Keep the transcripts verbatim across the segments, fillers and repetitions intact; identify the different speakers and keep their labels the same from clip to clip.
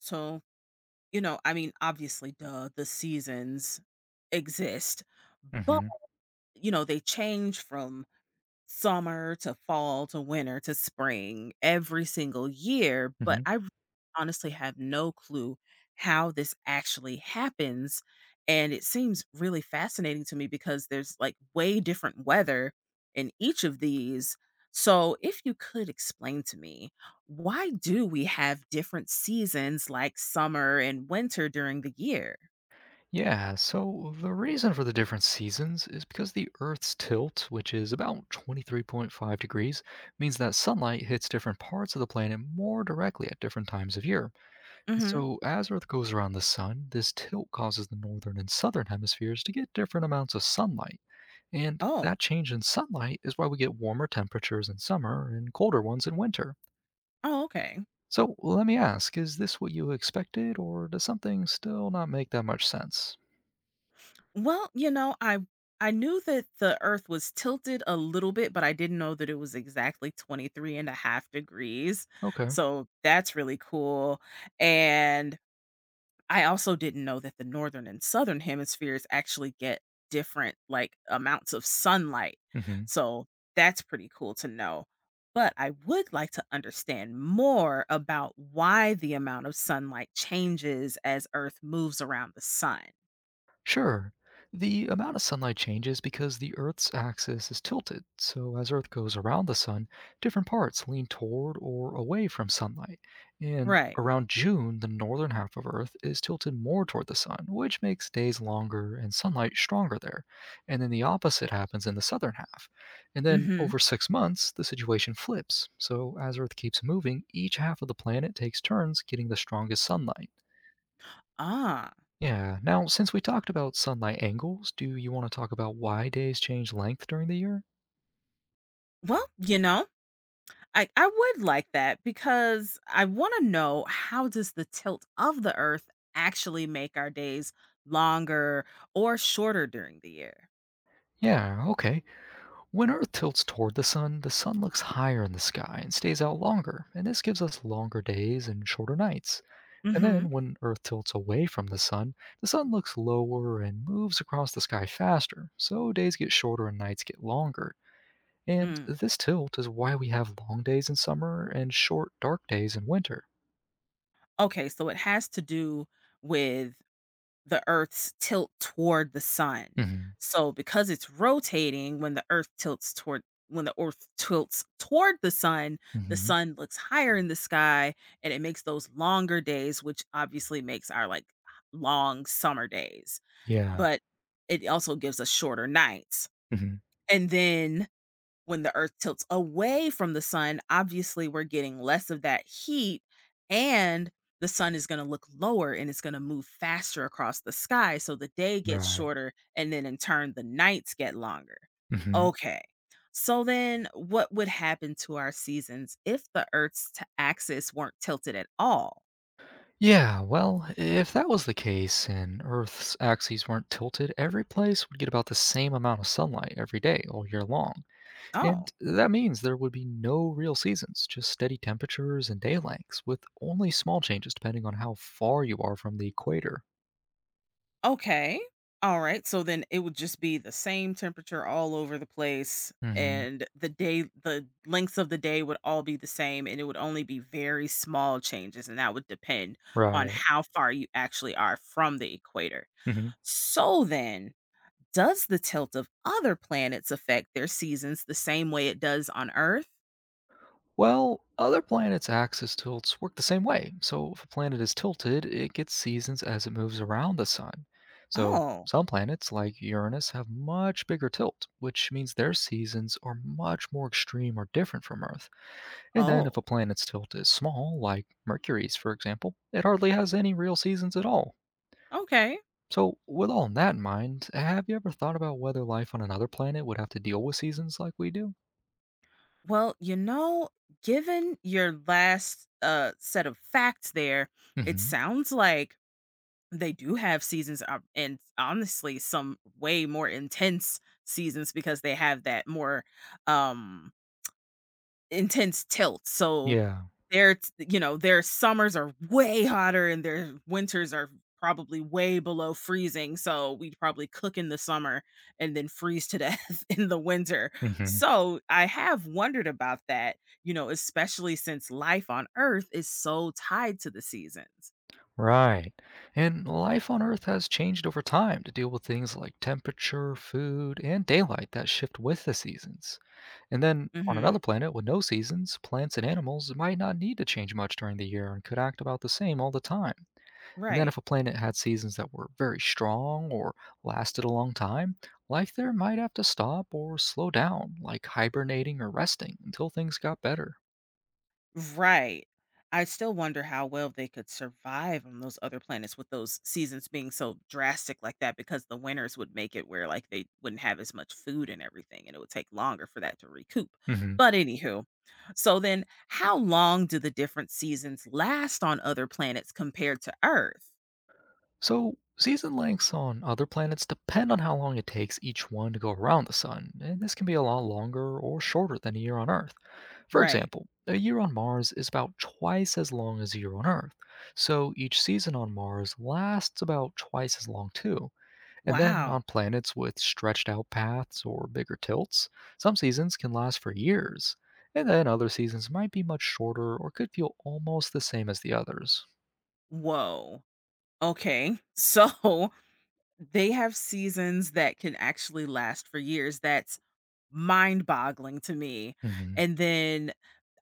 Speaker 1: So, you know, I mean, obviously, duh, the seasons exist, but,
Speaker 2: Hmm.
Speaker 1: you know, they change from summer to fall to winter to spring every single year,
Speaker 2: Hmm.
Speaker 1: but I r- honestly have no clue how this actually happens. And it seems really fascinating to me because there's like way different weather in each of these. So, if you could explain to me, why do we have different seasons like summer and winter during the year?
Speaker 2: Yeah, so the reason for the different seasons is because the Earth's tilt, which is about twenty-three point five degrees, means that sunlight hits different parts of the planet more directly at different times of year.
Speaker 1: Hmm.
Speaker 2: So, as Earth goes around the sun, this tilt causes the northern and southern hemispheres to get different amounts of sunlight. And
Speaker 1: Oh,
Speaker 2: that change in sunlight is why we get warmer temperatures in summer and colder ones in winter.
Speaker 1: oh, okay.
Speaker 2: So, let me ask, is this what you expected, or does something still not make that much sense?
Speaker 1: Well, you know, I I knew that the earth was tilted a little bit, but I didn't know that it was exactly twenty three and a half degrees.
Speaker 2: Okay.
Speaker 1: So that's really cool. And I also didn't know that the northern and southern hemispheres actually get different like amounts of sunlight.
Speaker 2: Hmm.
Speaker 1: So that's pretty cool to know. But I would like to understand more about why the amount of sunlight changes as earth moves around the sun.
Speaker 2: Sure. The amount of sunlight changes because the Earth's axis is tilted, so as Earth goes around the sun, different parts lean toward or away from sunlight. And
Speaker 1: Right.
Speaker 2: around June, the northern half of Earth is tilted more toward the sun, which makes days longer and sunlight stronger there. And then the opposite happens in the southern half. And then
Speaker 1: Mhm.
Speaker 2: over six months, the situation flips. So as Earth keeps moving, each half of the planet takes turns getting the strongest sunlight.
Speaker 1: Ah,
Speaker 2: Yeah. Now, since we talked about sunlight angles, do you want to talk about why days change length during the year?
Speaker 1: well, you know, I, I would like that because I want to know how does the tilt of the earth actually make our days longer or shorter during the year?
Speaker 2: Yeah, okay. When Earth tilts toward the sun, the sun looks higher in the sky and stays out longer, and this gives us longer days and shorter nights. And
Speaker 1: Mm-hmm.
Speaker 2: then when Earth tilts away from the sun, the sun looks lower and moves across the sky faster, so days get shorter and nights get longer. And
Speaker 1: Mm.
Speaker 2: this tilt is why we have long days in summer and short, dark days in winter.
Speaker 1: Okay, so it has to do with the Earth's tilt toward the sun.
Speaker 2: Hmm.
Speaker 1: So because it's rotating, when the Earth tilts toward when the Earth tilts toward the sun, the
Speaker 2: Hmm.
Speaker 1: sun looks higher in the sky and it makes those longer days, which obviously makes our like long summer days.
Speaker 2: Yeah.
Speaker 1: But it also gives us shorter nights.
Speaker 2: Hmm.
Speaker 1: And then when the earth tilts away from the sun, obviously we're getting less of that heat and the sun is going to look lower and it's going to move faster across the sky so the day gets
Speaker 2: Right.
Speaker 1: shorter and then in turn the nights get longer.
Speaker 2: Hmm.
Speaker 1: Okay. So then what would happen to our seasons if the earth's t- axis weren't tilted at all?
Speaker 2: Yeah, well, if that was the case and Earth's axes weren't tilted, every place would get about the same amount of sunlight every day, all year long. And
Speaker 1: Oh.
Speaker 2: that means there would be no real seasons, just steady temperatures and day lengths, with only small changes depending on how far you are from the equator.
Speaker 1: Okay. All right. So then it would just be the same temperature all over the place
Speaker 2: Hmm.
Speaker 1: and the day the lengths of the day would all be the same and it would only be very small changes and that would depend on
Speaker 2: Right.
Speaker 1: how far you actually are from the equator.
Speaker 2: Mhm.
Speaker 1: So then does the tilt of other planets affect their seasons the same way it does on Earth?
Speaker 2: Well, other planets' axis tilts work the same way. So if a planet is tilted, it gets seasons as it moves around the sun. So
Speaker 1: Oh.
Speaker 2: some planets, like Uranus, have much bigger tilt, which means their seasons are much more extreme or different from Earth. And then if a
Speaker 1: Oh.
Speaker 2: planet's tilt is small, like Mercury's, for example, it hardly has any real seasons at all.
Speaker 1: Okay.
Speaker 2: So, with all that in mind, have you ever thought about whether life on another planet would have to deal with seasons like we do?
Speaker 1: Well, you know, given your last uh set of facts there, it
Speaker 2: Hmm.
Speaker 1: sounds like they do have seasons uh, and honestly some way more intense seasons because they have that more um intense tilt. So
Speaker 2: Yeah.
Speaker 1: their t you know, their summers are way hotter and their winters are probably way below freezing, so we'd probably cook in the summer and then freeze to death in the winter.
Speaker 2: Hmm.
Speaker 1: So I have wondered about that, you know, especially since life on Earth is so tied to the seasons.
Speaker 2: Right. And life on Earth has changed over time to deal with things like temperature, food, and daylight that shift with the seasons. And then on
Speaker 1: Mhm.
Speaker 2: another planet with no seasons, plants and animals might not need to change much during the year and could act about the same all the time. And then
Speaker 1: Right.
Speaker 2: if a planet had seasons that were very strong or lasted a long time, life there might have to stop or slow down, like hibernating or resting until things got better.
Speaker 1: Right. I still wonder how well they could survive on those other planets with those seasons being so drastic like that because the winters would make it where like they wouldn't have as much food and everything and it would take longer for that to recoup.
Speaker 2: Mhm.
Speaker 1: But anywho, so then how long do the different seasons last on other planets compared to Earth?
Speaker 2: So, season lengths on other planets depend on how long it takes each one to go around the Sun, and this can be a lot longer or shorter than a year on Earth. For
Speaker 1: Right.
Speaker 2: example, a year on Mars is about twice as long as a year on Earth, so each season on Mars lasts about twice as long, too. And then
Speaker 1: Wow.
Speaker 2: on planets with stretched out paths or bigger tilts, some seasons can last for years, and then other seasons might be much shorter or could feel almost the same as the others.
Speaker 1: Whoa. Okay. So they have seasons that can actually last for years. That's mind-boggling to me,
Speaker 2: Mhm.
Speaker 1: and then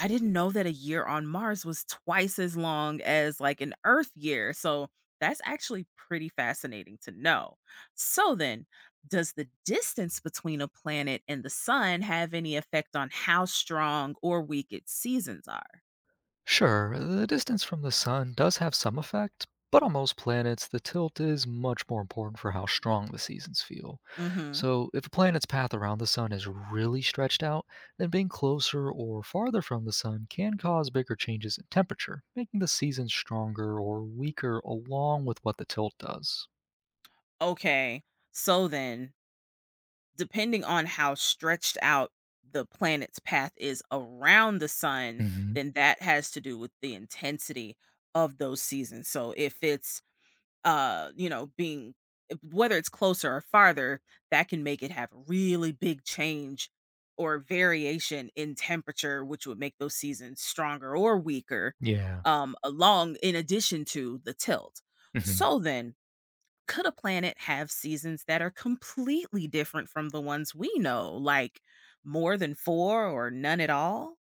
Speaker 1: I didn't know that a year on Mars was twice as long as, like, an Earth year, so that's actually pretty fascinating to know. So then, does the distance between a planet and the sun have any effect on how strong or weak its seasons are?
Speaker 2: Sure, the distance from the sun does have some effect, but on most planets, the tilt is much more important for how strong the seasons feel.
Speaker 1: Mhm.
Speaker 2: So, if a planet's path around the sun is really stretched out, then being closer or farther from the sun can cause bigger changes in temperature, making the seasons stronger or weaker along with what the tilt does.
Speaker 1: Okay. So then depending on how stretched out the planet's path is around the sun,
Speaker 2: Hmm.
Speaker 1: then that has to do with the intensity of those seasons. So if it's uh, you know, being if- whether it's closer or farther, that can make it have a really big change or variation in temperature, which would make those seasons stronger or weaker,
Speaker 2: Yeah.
Speaker 1: um, along in addition to the tilt.
Speaker 2: Hmm.
Speaker 1: So then could a planet have seasons that are completely different from the ones we know, like more than four or none at all?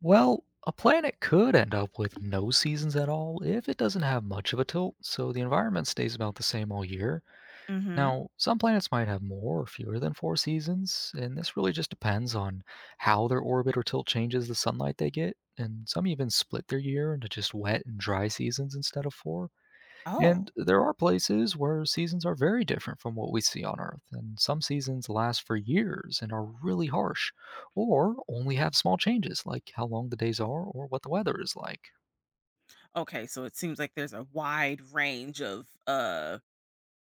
Speaker 2: Well, a planet could end up with no seasons at all if it doesn't have much of a tilt, so the environment stays about the same all year.
Speaker 1: Mm-hmm.
Speaker 2: Now, some planets might have more or fewer than four seasons, and this really just depends on how their orbit or tilt changes the sunlight they get. And some even split their year into just wet and dry seasons instead of four. And
Speaker 1: Oh,
Speaker 2: there are places where seasons are very different from what we see on Earth, and some seasons last for years and are really harsh, or only have small changes like how long the days are or what the weather is like.
Speaker 1: okay. So it seems like there's a wide range of uh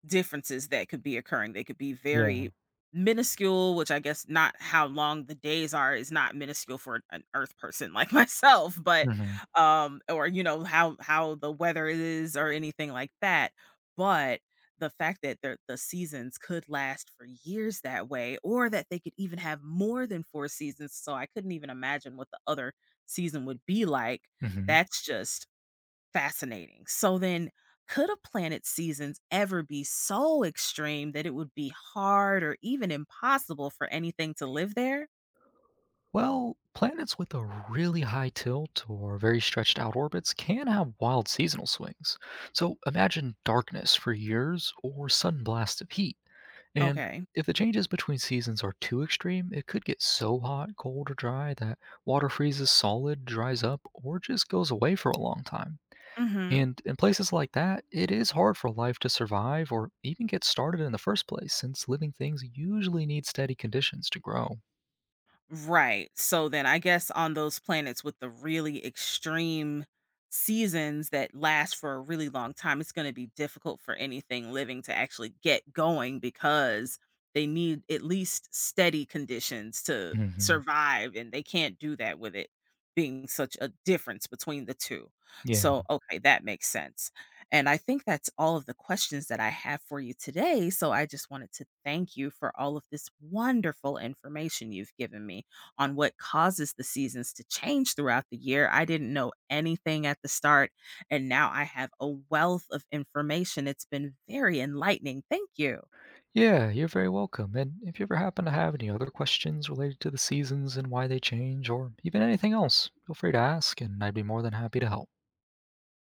Speaker 1: differences that could be occurring. They could be
Speaker 2: Yeah.
Speaker 1: very minuscule, which I guess not how long the days are is not minuscule for an earth person like myself, but
Speaker 2: Hmm.
Speaker 1: um or you know how how the weather is or anything like that. But the fact that the the seasons could last for years that way or that they could even have more than four seasons so I couldn't even imagine what the other season would be like.
Speaker 2: Hmm.
Speaker 1: That's just fascinating. So then, could a planet's seasons ever be so extreme that it would be hard or even impossible for anything to live there?
Speaker 2: Well, planets with a really high tilt or very stretched out orbits can have wild seasonal swings. So imagine darkness for years or sudden blasts of heat. And
Speaker 1: Okay.
Speaker 2: if the changes between seasons are too extreme, it could get so hot, cold, or dry that water freezes solid, dries up, or just goes away for a long time.
Speaker 1: Hmm.
Speaker 2: And in places like that, it is hard for life to survive or even get started in the first place, since living things usually need steady conditions to grow.
Speaker 1: Right. So then I guess on those planets with the really extreme seasons that last for a really long time, it's going to be difficult for anything living to actually get going because they need at least steady conditions to
Speaker 2: Hmm.
Speaker 1: survive and they can't do that with it being such a difference between the two.
Speaker 2: Yeah.
Speaker 1: So okay, that makes sense. And I think that's all of the questions that I have for you today. So I just wanted to thank you for all of this wonderful information you've given me on what causes the seasons to change throughout the year. I didn't know anything at the start, and now I have a wealth of information. It's been very enlightening. Thank you.
Speaker 2: Yeah, you're very welcome. And if you ever happen to have any other questions related to the seasons and why they change, or even anything else, feel free to ask, and I'd be more than happy to help.